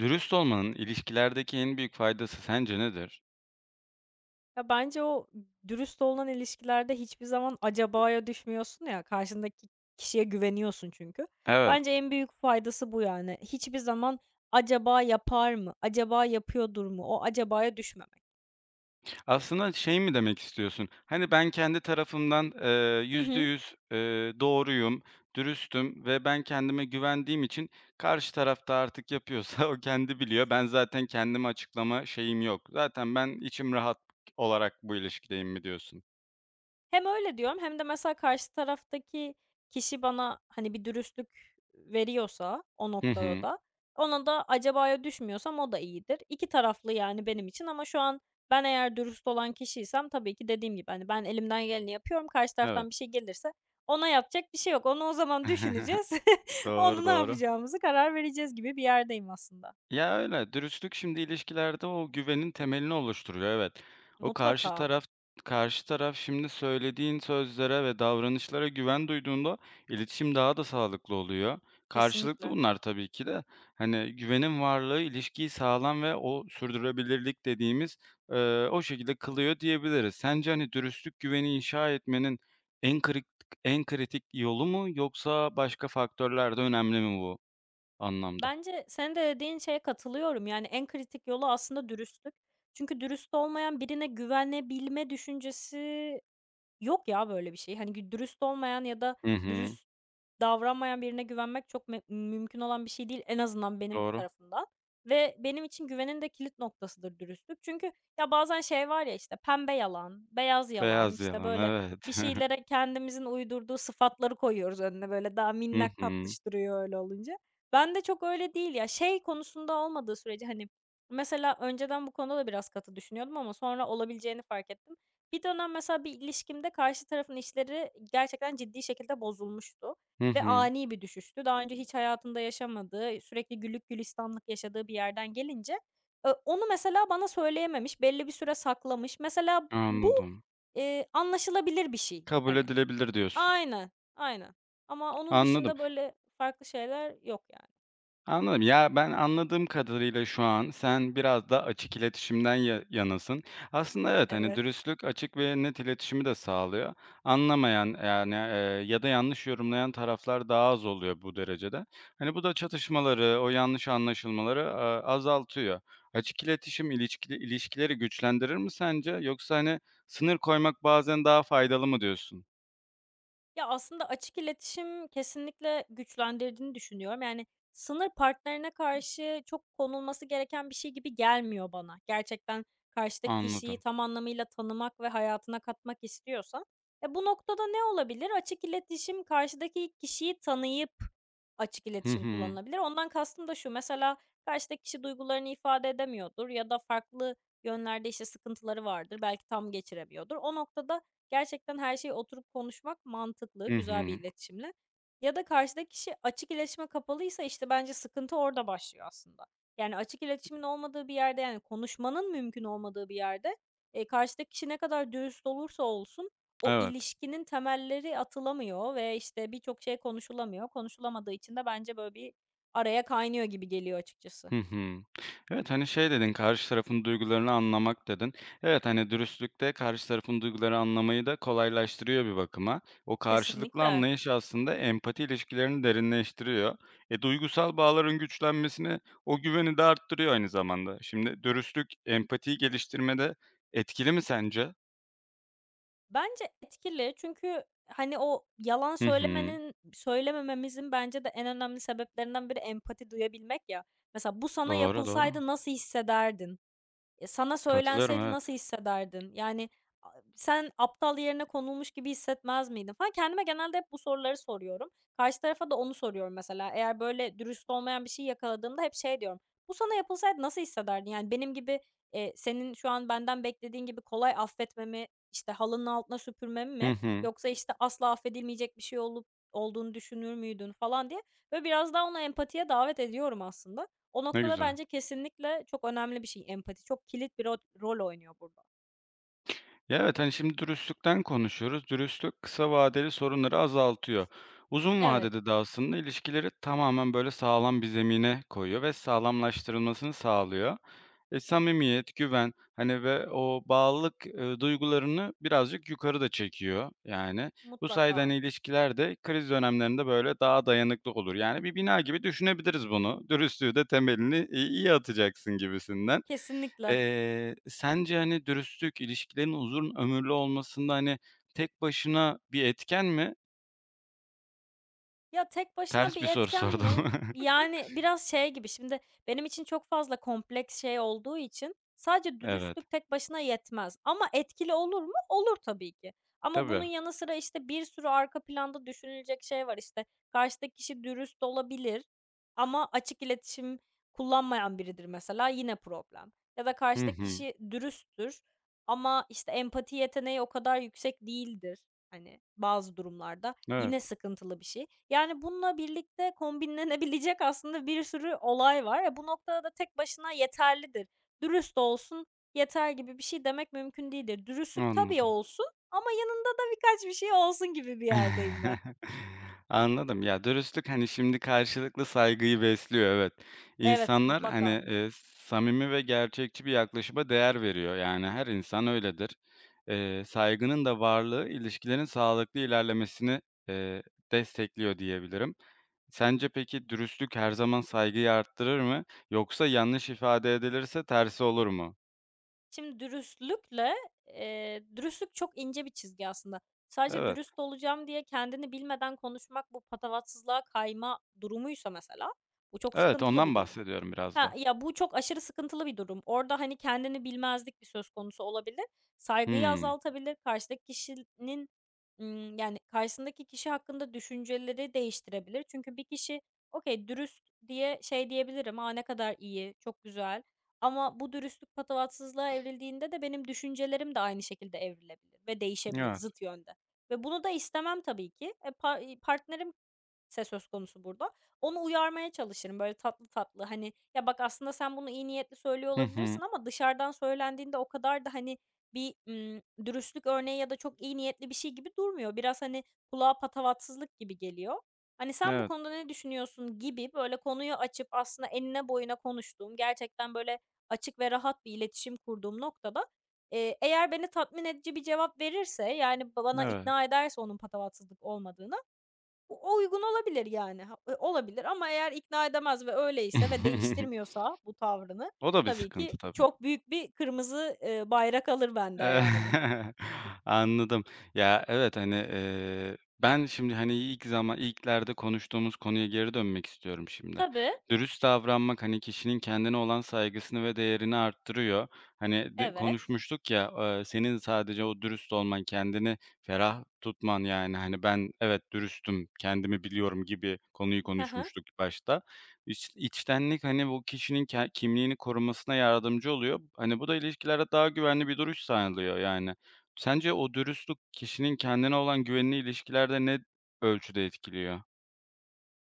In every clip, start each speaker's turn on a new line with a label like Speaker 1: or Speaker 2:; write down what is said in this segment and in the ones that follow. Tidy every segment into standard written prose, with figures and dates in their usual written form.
Speaker 1: Dürüst olmanın ilişkilerdeki en büyük faydası sence nedir?
Speaker 2: Ya, bence o dürüst olan ilişkilerde hiçbir zaman acabaya düşmüyorsun ya, karşındaki kişiye güveniyorsun çünkü.
Speaker 1: Evet.
Speaker 2: Bence en büyük faydası bu yani. Hiçbir zaman acaba yapar mı, acaba yapıyordur mu, o acabaya düşmemek.
Speaker 1: Aslında şey mi demek istiyorsun? Hani ben kendi tarafımdan,
Speaker 2: Hı
Speaker 1: yüzde
Speaker 2: hı.
Speaker 1: yüz doğruyum, dürüstüm ve ben kendime güvendiğim için karşı tarafta artık yapıyorsa o kendi biliyor. Ben zaten kendimi açıklama şeyim yok. Zaten ben içim rahat olarak bu ilişkideyim mi diyorsun?
Speaker 2: Hem öyle diyorum hem de mesela karşı taraftaki kişi bana, hani, bir dürüstlük veriyorsa o
Speaker 1: Hı
Speaker 2: noktada
Speaker 1: hı.
Speaker 2: da ona da acabaya düşmüyorsam o da iyidir. iki taraflı yani benim için ama şu an ben eğer dürüst olan kişiysem tabii ki dediğim gibi, hani, ben elimden geleni yapıyorum. Karşı
Speaker 1: Evet.
Speaker 2: taraftan bir şey gelirse ona yapacak bir şey yok. Onu o zaman düşüneceğiz.
Speaker 1: Doğru,
Speaker 2: Onu ne
Speaker 1: doğru.
Speaker 2: yapacağımızı karar vereceğiz gibi bir yerdeyim aslında.
Speaker 1: Ya, öyle. Dürüstlük şimdi ilişkilerde o güvenin temelini oluşturuyor, evet. O karşı
Speaker 2: Mutlaka.
Speaker 1: taraf karşı taraf şimdi söylediğin sözlere ve davranışlara güven duyduğunda iletişim daha da sağlıklı oluyor. Karşılıklı
Speaker 2: Kesinlikle.
Speaker 1: bunlar tabii ki de. Hani, güvenin varlığı ilişkiyi sağlam ve o sürdürülebilirlik dediğimiz, o şekilde kılıyor diyebiliriz. Sence, hani, dürüstlük güveni inşa etmenin en kritik en kritik yolu mu yoksa başka faktörler de önemli mi bu anlamda?
Speaker 2: Bence senin de dediğin şeye katılıyorum. Yani en kritik yolu aslında dürüstlük. Çünkü dürüst olmayan birine güvenebilme düşüncesi. Yok ya böyle bir şey. Hani dürüst olmayan ya da
Speaker 1: Hı hı.
Speaker 2: dürüst davranmayan birine güvenmek çok mümkün olan bir şey değil en azından benim
Speaker 1: Doğru.
Speaker 2: tarafımdan ve benim için güvenin de kilit noktasıdır dürüstlük. Çünkü ya bazen şey var ya, işte, pembe yalan, beyaz yalan,
Speaker 1: Beyaz
Speaker 2: işte,
Speaker 1: yalan,
Speaker 2: böyle bir
Speaker 1: evet.
Speaker 2: şeylere kendimizin uydurduğu sıfatları koyuyoruz önüne, böyle daha
Speaker 1: Hı
Speaker 2: minnak
Speaker 1: hı.
Speaker 2: tatlış duruyor öyle olunca. Ben de çok öyle değil ya. Şey konusunda olmadığı sürece, hani, mesela önceden bu konuda da biraz katı düşünüyordum ama sonra olabileceğini fark ettim. Bir dönem mesela bir ilişkimde karşı tarafın işleri gerçekten ciddi şekilde bozulmuştu
Speaker 1: Hı
Speaker 2: ve
Speaker 1: hı.
Speaker 2: ani bir düşüştü. Daha önce hiç hayatında yaşamadığı, sürekli güllük gülistanlık yaşadığı bir yerden gelince, onu mesela bana söyleyememiş, belli bir süre saklamış. Mesela bu,
Speaker 1: Anladım.
Speaker 2: anlaşılabilir bir şey,
Speaker 1: Kabul
Speaker 2: hani.
Speaker 1: edilebilir diyorsun.
Speaker 2: Aynen, aynen. Ama onun
Speaker 1: Anladım.
Speaker 2: dışında böyle farklı şeyler yok yani.
Speaker 1: Anladım. Ya, ben anladığım kadarıyla şu an sen biraz da açık iletişimden ya yanasın. Aslında evet, hani,
Speaker 2: Evet.
Speaker 1: dürüstlük açık ve net iletişimi de sağlıyor. Anlamayan, yani, ya da yanlış yorumlayan taraflar daha az oluyor bu derecede. Hani, bu da çatışmaları, o yanlış anlaşılmaları, azaltıyor. Açık iletişim ilişkileri güçlendirir mi sence? Yoksa, hani, sınır koymak bazen daha faydalı mı diyorsun?
Speaker 2: Ya, aslında açık iletişim kesinlikle güçlendirdiğini düşünüyorum. Yani, sınır partnerine karşı çok konulması gereken bir şey gibi gelmiyor bana. Gerçekten karşıdaki kişiyi
Speaker 1: Anladım.
Speaker 2: tam anlamıyla tanımak ve hayatına katmak istiyorsan. E, bu noktada ne olabilir? Açık iletişim karşıdaki kişiyi tanıyıp Açık
Speaker 1: Hı
Speaker 2: iletişim
Speaker 1: hı.
Speaker 2: kullanılabilir. Ondan kastım da şu, mesela karşıdaki kişi duygularını ifade edemiyordur ya da farklı yönlerde, işte, sıkıntıları vardır, belki tam geçiremiyordur. O noktada gerçekten her şeyi oturup konuşmak mantıklı,
Speaker 1: Hı
Speaker 2: güzel
Speaker 1: hı.
Speaker 2: bir iletişimle. Ya da karşıdaki kişi açık iletişime kapalıysa, işte, bence sıkıntı orada başlıyor aslında. Yani açık iletişimin olmadığı bir yerde, yani konuşmanın mümkün olmadığı bir yerde, karşıdaki kişi ne kadar dürüst olursa olsun o
Speaker 1: Evet.
Speaker 2: ilişkinin temelleri atılamıyor ve, işte, birçok şey konuşulamıyor. Konuşulamadığı için de bence, böyle, bir araya kaynıyor gibi geliyor açıkçası.
Speaker 1: Hı hı. Evet, hani, şey dedin, "Karşı tarafın duygularını anlamak." dedin. Evet, hani, dürüstlükte karşı tarafın duyguları anlamayı da kolaylaştırıyor bir bakıma. O karşılıklı
Speaker 2: Kesinlikle.
Speaker 1: anlayış aslında empati ilişkilerini derinleştiriyor. Duygusal bağların güçlenmesini, o güveni de arttırıyor aynı zamanda. Şimdi dürüstlük empatiyi geliştirmede etkili mi sence?
Speaker 2: Bence etkili çünkü, hani, o yalan
Speaker 1: Hı hı.
Speaker 2: söylemenin söylemememizin bence de en önemli sebeplerinden biri empati duyabilmek ya. Mesela, "Bu sana
Speaker 1: Doğru, doğru.
Speaker 2: yapılsaydı nasıl hissederdin?" E, sana
Speaker 1: Katılıyorum,
Speaker 2: söylenseydi
Speaker 1: evet.
Speaker 2: nasıl hissederdin? Yani, a sen aptal yerine konulmuş gibi hissetmez miydin falan? Kendime genelde hep bu soruları soruyorum. Karşı tarafa da onu soruyorum mesela. Eğer böyle dürüst olmayan bir şey yakaladığımda hep şey diyorum. "Bu sana yapılsaydı nasıl hissederdin?" Yani, benim gibi, senin şu an benden beklediğin gibi kolay affetmemi, işte, halının altına süpürmemi
Speaker 1: Hı
Speaker 2: mi
Speaker 1: hı.
Speaker 2: yoksa, işte, asla affedilmeyecek bir şey olup olduğunu düşünür müydün falan diye, ve biraz daha ona empatiye davet ediyorum aslında. O
Speaker 1: Ne
Speaker 2: noktada
Speaker 1: güzel.
Speaker 2: bence kesinlikle çok önemli bir şey empati. Çok kilit bir rol oynuyor burada.
Speaker 1: Ya, evet, hani, şimdi dürüstlükten konuşuyoruz. Dürüstlük kısa vadeli sorunları azaltıyor. Uzun
Speaker 2: Evet,
Speaker 1: vadede de aslında ilişkileri tamamen, böyle, sağlam bir zemine koyuyor ve sağlamlaştırılmasını sağlıyor. Samimiyet, güven, hani, ve o bağlılık, duygularını birazcık yukarı da çekiyor, yani. Bu sayede,
Speaker 2: mutlaka.
Speaker 1: hani, ilişkiler de kriz dönemlerinde, böyle, daha dayanıklı olur. Yani, bir bina gibi düşünebiliriz bunu. Dürüstlüğü de temelini, iyi atacaksın gibisinden.
Speaker 2: Kesinlikle.
Speaker 1: Sence, hani, dürüstlük ilişkilerin uzun ömürlü olmasında, hani, tek başına bir etken mi?
Speaker 2: Ya, tek başına
Speaker 1: Ters
Speaker 2: bir
Speaker 1: bir soru
Speaker 2: etken
Speaker 1: sordum.
Speaker 2: mi? Yani, biraz şey gibi, şimdi benim için çok fazla kompleks şey olduğu için sadece
Speaker 1: Evet.
Speaker 2: dürüstlük tek başına yetmez ama etkili olur mu? Olur tabii ki ama bunun
Speaker 1: Tabii.
Speaker 2: yanı sıra, işte, bir sürü arka planda düşünülecek şey var. İşte, karşıdaki kişi dürüst olabilir ama açık iletişim kullanmayan biridir mesela, yine problem ya da
Speaker 1: Hı
Speaker 2: karşıdaki
Speaker 1: hı.
Speaker 2: kişi dürüsttür ama, işte, empati yeteneği o kadar yüksek değildir, hani, bazı durumlarda,
Speaker 1: Evet,
Speaker 2: yine sıkıntılı bir şey. Yani, bununla birlikte kombinlenebilecek aslında bir sürü olay var. E, bu noktada da tek başına yeterlidir. Dürüst olsun yeter gibi bir şey demek mümkün değildir. Dürüstlük tabii
Speaker 1: anladım.
Speaker 2: olsun ama yanında da birkaç bir şey olsun gibi bir yerdeyim ben.
Speaker 1: Anladım. Ya, dürüstlük, hani, şimdi karşılıklı saygıyı besliyor, evet.
Speaker 2: Evet,
Speaker 1: İnsanlar, hani,
Speaker 2: mutlaka.
Speaker 1: samimi ve gerçekçi bir yaklaşıma değer veriyor. Yani her insan öyledir. Saygının da varlığı ilişkilerin sağlıklı ilerlemesini, eee, destekliyor diyebilirim. Sence peki dürüstlük her zaman saygıyı arttırır mı yoksa yanlış ifade edilirse tersi olur mu?
Speaker 2: Şimdi dürüstlük çok ince bir çizgi aslında. Sadece
Speaker 1: Evet,
Speaker 2: dürüst olacağım diye kendini bilmeden konuşmak bu patavatsızlığa kayma durumuysa mesela, bu çok
Speaker 1: evet
Speaker 2: sıkıntılı
Speaker 1: ondan
Speaker 2: bir durum.
Speaker 1: bahsediyorum biraz
Speaker 2: Ha,
Speaker 1: da.
Speaker 2: ya, bu çok aşırı sıkıntılı bir durum. Orada, hani, kendini bilmezlik bir söz konusu olabilir. Saygıyı
Speaker 1: Hımm.
Speaker 2: azaltabilir, karşıdaki kişinin, yani, karşısındaki kişi hakkında düşünceleri değiştirebilir. Çünkü bir kişi, okay, dürüst diye şey diyebilirim, ne kadar iyi, çok güzel ama bu dürüstlük patavatsızlığa evrildiğinde de benim düşüncelerim de aynı şekilde evrilebilir ve değişebilir
Speaker 1: Evet.
Speaker 2: zıt yönde ve bunu da istemem tabii ki. E, partnerim söz konusu burada. Onu uyarmaya çalışırım böyle tatlı tatlı, hani, "Ya, bak aslında sen bunu iyi niyetli söylüyor
Speaker 1: Hı hı.
Speaker 2: olabilirsin ama dışarıdan söylendiğinde o kadar da, hani, bir, dürüstlük örneği ya da çok iyi niyetli bir şey gibi durmuyor. Biraz, hani, kulağa patavatsızlık gibi geliyor. Hani, sen bu
Speaker 1: Evet,
Speaker 2: konuda ne düşünüyorsun?" gibi böyle konuyu açıp aslında enine boyuna konuştuğum, gerçekten böyle açık ve rahat bir iletişim kurduğum noktada, eğer beni tatmin edici bir cevap verirse, yani, bana
Speaker 1: evet.
Speaker 2: ikna ederse onun patavatsızlık olmadığını o uygun olabilir yani. Ha olabilir ama eğer ikna edemez ve öyleyse ve değiştirmiyorsa bu tavrını
Speaker 1: O da bir
Speaker 2: tabii ki
Speaker 1: sıkıntı tabii.
Speaker 2: çok büyük bir kırmızı, bayrak alır bende
Speaker 1: Eee,
Speaker 2: yani.
Speaker 1: anladım. Ya, evet, hani, ben şimdi, hani, ilk zaman ilklerde konuştuğumuz konuya geri dönmek istiyorum şimdi.
Speaker 2: Tabii,
Speaker 1: Dürüst davranmak, hani, kişinin kendine olan saygısını ve değerini arttırıyor. Hani, de
Speaker 2: evet.
Speaker 1: konuşmuştuk ya, senin sadece o dürüst olman, kendini ferah tutman, yani, hani, ben evet dürüstüm, kendimi biliyorum gibi konuyu
Speaker 2: Hı hı.
Speaker 1: konuşmuştuk başta. İç içtenlik, hani, bu kişinin kimliğini korumasına yardımcı oluyor. Hani, bu da ilişkilere daha güvenli bir duruş sağlıyor, yani. Sence o dürüstlük kişinin kendine olan güvenini ilişkilerde ne ölçüde etkiliyor?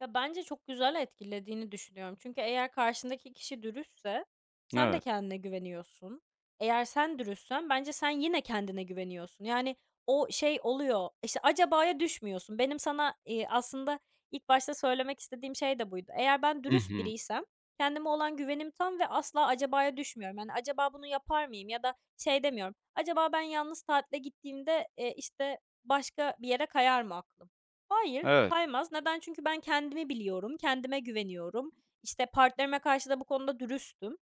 Speaker 2: Ya, bence çok güzel etkilediğini düşünüyorum. Çünkü eğer karşındaki kişi dürüstse sen de
Speaker 1: Evet.
Speaker 2: kendine güveniyorsun. Eğer sen dürüstsen bence sen yine kendine güveniyorsun. Yani, o şey oluyor, işte, acabaya düşmüyorsun. Benim sana, aslında ilk başta söylemek istediğim şey de buydu. Eğer ben
Speaker 1: Hı
Speaker 2: dürüst
Speaker 1: hı.
Speaker 2: biriysem kendime olan güvenim tam ve asla acabaya düşmüyorum. Yani, acaba bunu yapar mıyım ya da şey demiyorum, acaba ben yalnız tatile gittiğimde, işte, başka bir yere kayar mı aklım? Hayır,
Speaker 1: Evet.
Speaker 2: kaymaz. Neden? Çünkü ben kendimi biliyorum, kendime güveniyorum. İşte, partnerime karşı da bu konuda dürüstüm.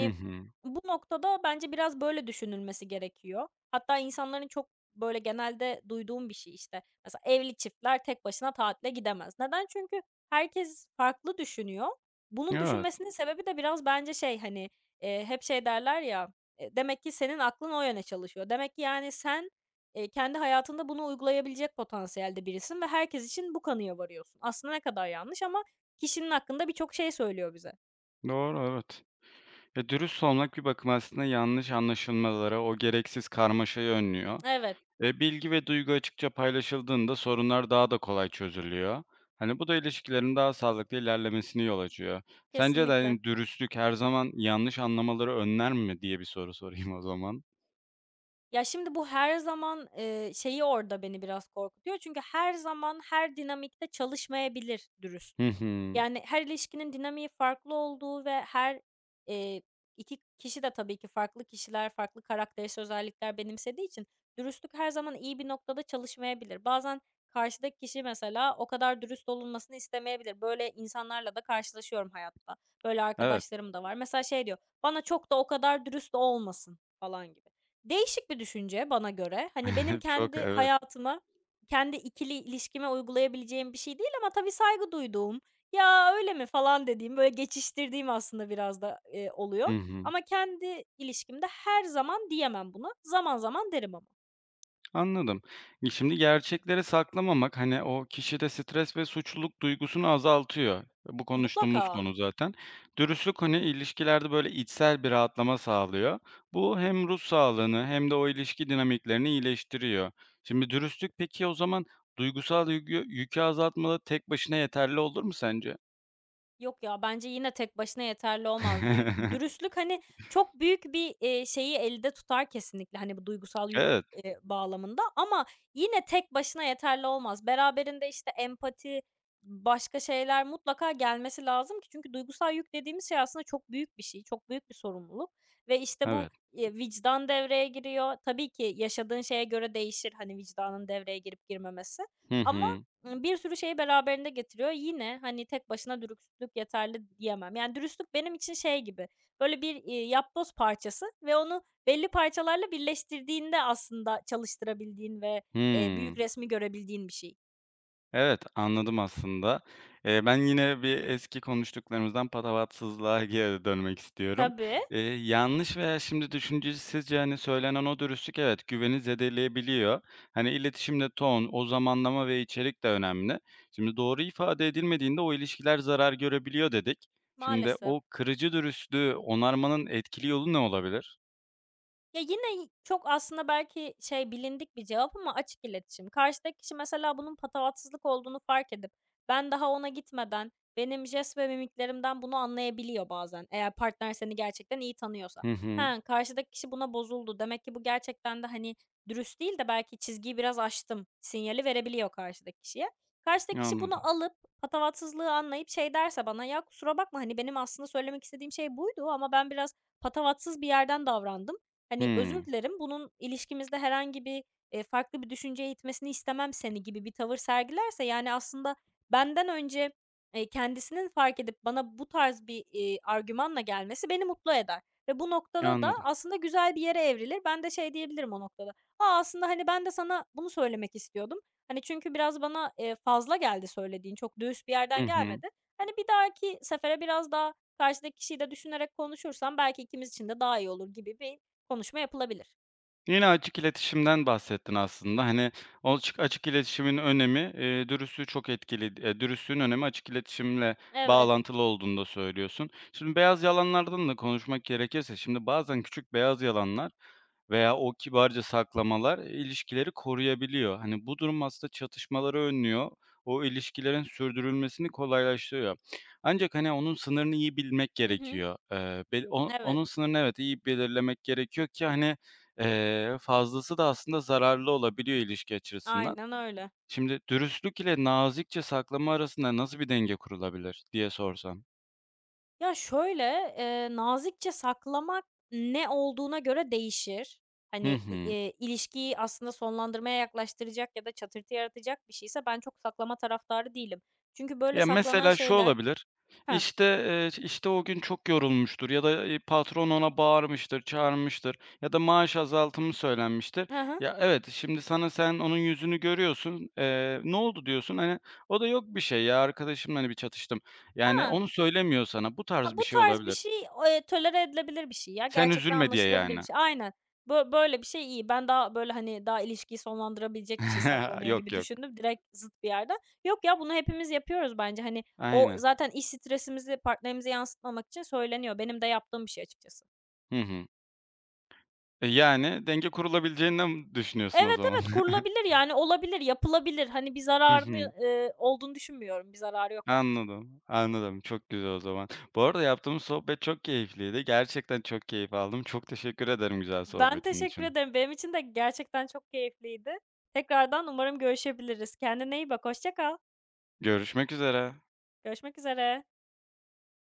Speaker 1: Hı hı.
Speaker 2: bu noktada bence biraz böyle düşünülmesi gerekiyor. Hatta insanların çok, böyle, genelde duyduğum bir şey, işte. Mesela evli çiftler tek başına tatile gidemez. Neden? Çünkü herkes farklı düşünüyor. Bunun
Speaker 1: Evet.
Speaker 2: düşünmesinin sebebi de biraz bence şey, hani, hep şey derler ya, demek ki senin aklın o yöne çalışıyor. Demek ki, yani, sen kendi hayatında bunu uygulayabilecek potansiyelde birisin ve herkes için bu kanıya varıyorsun. Aslında ne kadar yanlış ama kişinin hakkında birçok şey söylüyor bize.
Speaker 1: Doğru, evet. Ya, dürüst olmak bir bakıma aslında yanlış anlaşılmalara, o gereksiz karmaşayı önlüyor.
Speaker 2: Evet,
Speaker 1: Bilgi ve duygu açıkça paylaşıldığında sorunlar daha da kolay çözülüyor. Hani bu da ilişkilerin daha sağlıklı ilerlemesini yol açıyor. Sence de
Speaker 2: kesinlikle.
Speaker 1: hani dürüstlük her zaman yanlış anlamaları önler mi diye bir soru sorayım o zaman.
Speaker 2: Ya, şimdi bu her zaman, şeyi orada beni biraz korkutuyor. Çünkü her zaman her dinamikte çalışmayabilir dürüstlük.
Speaker 1: Hı hı.
Speaker 2: Yani, her ilişkinin dinamiği farklı olduğu ve her, eee, iki kişi de tabii ki farklı kişiler, farklı karakterist özellikler benimsediği için dürüstlük her zaman iyi bir noktada çalışmayabilir. Bazen karşıdaki kişi mesela o kadar dürüst olunmasını istemeyebilir. Böyle insanlarla da karşılaşıyorum hayatta. Böyle
Speaker 1: Evet.
Speaker 2: arkadaşlarım da var. Mesela şey diyor, "Bana çok da o kadar dürüst olmasın." falan gibi. Değişik bir düşünce bana göre. Hani, benim
Speaker 1: Çok
Speaker 2: kendi
Speaker 1: evet.
Speaker 2: hayatıma, kendi ikili ilişkime uygulayabileceğim bir şey değil ama tabii saygı duyduğum, "Ya, öyle mi?" falan dediğim, böyle geçiştirdiğim aslında biraz da, oluyor.
Speaker 1: Hı hı.
Speaker 2: Ama kendi ilişkimde her zaman diyemem buna. Zaman zaman derim ama.
Speaker 1: Anladım. Şimdi gerçekleri saklamamak, hani, o kişide stres ve suçluluk duygusunu azaltıyor. Bu konuştuğumuz
Speaker 2: Mutlaka.
Speaker 1: konu zaten. Dürüstlük, hani, ilişkilerde, böyle, içsel bir rahatlama sağlıyor. Bu hem ruh sağlığını hem de o ilişki dinamiklerini iyileştiriyor. Şimdi dürüstlük peki o zaman duygusal yükü azaltmada tek başına yeterli olur mu sence?
Speaker 2: Yok ya, bence yine tek başına yeterli olmaz. Dü dürüstlük, hani, çok büyük bir, şeyi elde tutar kesinlikle, hani, bu duygusal yük,
Speaker 1: Evet,
Speaker 2: bağlamında ama yine tek başına yeterli olmaz. Beraberinde, işte, empati, başka şeyler mutlaka gelmesi lazım ki çünkü duygusal yük dediğimiz şey aslında çok büyük bir şey, çok büyük bir sorumluluk ve, işte, bu,
Speaker 1: evet.
Speaker 2: vicdan devreye giriyor. Tabii ki yaşadığın şeye göre değişir, hani, vicdanın devreye girip girmemesi
Speaker 1: Hı
Speaker 2: ama
Speaker 1: hı.
Speaker 2: Bir sürü şeyi beraberinde getiriyor. Yine, hani, tek başına dürüstlük yeterli diyemem. Yani, dürüstlük benim için şey gibi, böyle, bir, yapboz parçası ve onu belli parçalarla birleştirdiğinde aslında çalıştırabildiğin ve,
Speaker 1: Hıı.
Speaker 2: büyük resmi görebildiğin bir şey.
Speaker 1: Evet, anladım aslında. Ben yine bir eski konuştuklarımızdan patavatsızlığa geri dönmek istiyorum.
Speaker 2: Tabii,
Speaker 1: Yanlış veya şimdi düşüncesizce, hani, söylenen o dürüstlük evet, güveni zedeleyebiliyor. Hani, iletişimde ton, o zamanlama ve içerik de önemli. Şimdi doğru ifade edilmediğinde o ilişkiler zarar görebiliyor dedik. Şimdi
Speaker 2: maalesef.
Speaker 1: o kırıcı dürüstlüğü onarmanın etkili yolu ne olabilir?
Speaker 2: Ya, yine çok aslında belki şey, bilindik bir cevap ama açık iletişim. Karşıdaki kişi mesela bunun patavatsızlık olduğunu fark edip ben daha ona gitmeden benim jest ve mimiklerimden bunu anlayabiliyor bazen eğer partner seni gerçekten iyi tanıyorsa.
Speaker 1: Hı hı.
Speaker 2: "He, karşıdaki kişi buna bozuldu. Demek ki bu gerçekten de, hani, dürüst değil de belki çizgiyi biraz aştım." sinyali verebiliyor karşıdaki kişiye. Karşıdaki kişi bunu
Speaker 1: Anladım.
Speaker 2: alıp patavatsızlığı anlayıp şey derse bana, "Ya, kusura bakma, hani, benim aslında söylemek istediğim şey buydu ama ben biraz patavatsız bir yerden davrandım." Hani, "Özür
Speaker 1: Hımm.
Speaker 2: dilerim, bunun ilişkimizde herhangi bir, farklı bir düşünceye itmesini istemem seni." gibi bir tavır sergilerse, yani, aslında benden önce, kendisinin fark edip bana bu tarz bir, argümanla gelmesi beni mutlu eder ve bu noktada da
Speaker 1: Anladım.
Speaker 2: aslında güzel bir yere evrilir. Ben de şey diyebilirim o noktada, "A, aslında, hani, ben de sana bunu söylemek istiyordum. Hani, çünkü biraz bana, fazla geldi söylediğin, çok düz bir
Speaker 1: Hı
Speaker 2: yerden
Speaker 1: hı.
Speaker 2: gelmedi. Hani, bir dahaki sefere biraz daha karşıdaki kişiyi de düşünerek konuşursam belki ikimiz için de daha iyi olur." gibi bir konuşma yapılabilir.
Speaker 1: Yine açık iletişimden bahsettin aslında. Hani, o açık iletişimin önemi, dürüstlüğü çok etkili. Eee, dürüstlüğün önemi açık iletişimle
Speaker 2: Evet.
Speaker 1: bağlantılı olduğunu da söylüyorsun. Şimdi beyaz yalanlardan da konuşmak gerekirse, şimdi bazen küçük beyaz yalanlar, veya o kibarca saklamalar ilişkileri koruyabiliyor. Hani bu durum aslında çatışmaları önlüyor. O ilişkilerin sürdürülmesini kolaylaştırıyor. Ancak hani onun sınırını iyi bilmek
Speaker 2: Hı hı.
Speaker 1: gerekiyor. Bel o
Speaker 2: Evet.
Speaker 1: onun sınırını evet, iyi belirlemek gerekiyor ki hani, fazlası da aslında zararlı olabiliyor ilişki açısından.
Speaker 2: Aynen öyle.
Speaker 1: Şimdi dürüstlük ile nazikçe saklama arasında nasıl bir denge kurulabilir diye sorsam?
Speaker 2: Ya, şöyle, nazikçe saklamak ne olduğuna göre değişir.
Speaker 1: Hı
Speaker 2: Hani, i
Speaker 1: hı.
Speaker 2: ilişkiyi aslında sonlandırmaya yaklaştıracak ya da çatırtı yaratacak bir şeyse ben çok saklama taraftarı değilim. Çünkü böyle
Speaker 1: Ya,
Speaker 2: saklanan
Speaker 1: mesela şu
Speaker 2: şeyler.
Speaker 1: olabilir,
Speaker 2: Hah.
Speaker 1: işte, işte, o gün çok yorulmuştur ya da, patron ona bağırmıştır, çağırmıştır ya da maaş azaltımı söylenmiştir.
Speaker 2: Hı hı.
Speaker 1: Ya, evet, şimdi sana sen onun yüzünü görüyorsun, "Ne oldu?" diyorsun. Hani, o da "Yok bir şey ya, arkadaşımla, hani, bir çatıştım." Yani, onu söylemiyor sana. Bu tarz
Speaker 2: Ha,
Speaker 1: bir
Speaker 2: bu
Speaker 1: şey
Speaker 2: tarz bir
Speaker 1: olabilir.
Speaker 2: şey, tolere edilebilir bir şey ya.
Speaker 1: Sen
Speaker 2: Gerçekten
Speaker 1: üzülme diye
Speaker 2: anlaşılabilir bir
Speaker 1: yani.
Speaker 2: şey. Aynen. Böyle bir şey iyi. Ben daha, böyle, hani, daha ilişkiyi sonlandırabilecek bir şey saklanıyor
Speaker 1: Yok,
Speaker 2: gibi
Speaker 1: yok.
Speaker 2: düşündüm. Direkt zıt bir yerden. Yok ya, bunu hepimiz yapıyoruz bence. Hani, o
Speaker 1: Aynen.
Speaker 2: zaten iş stresimizi partnerimize yansıtmamak için söyleniyor. Benim de yaptığım bir şey açıkçası.
Speaker 1: Hı hı. Yani denge kurulabileceğinden düşünüyorsun o
Speaker 2: Evet,
Speaker 1: zaman.
Speaker 2: evet, kurulabilir yani olabilir, yapılabilir. Hani, bir
Speaker 1: Hı
Speaker 2: zararını,
Speaker 1: hı.
Speaker 2: olduğunu düşünmüyorum. Bir zararı yok bence.
Speaker 1: Anladım, anladım. Çok güzel o zaman. Bu arada yaptığımız sohbet çok keyifliydi. Gerçekten çok keyif aldım. Çok teşekkür ederim güzel
Speaker 2: Ben
Speaker 1: sohbetin
Speaker 2: teşekkür
Speaker 1: için.
Speaker 2: ederim. Benim için de gerçekten çok keyifliydi. Tekrardan umarım görüşebiliriz. Kendine iyi bak, hoşça kal.
Speaker 1: Görüşmek üzere.
Speaker 2: Görüşmek üzere.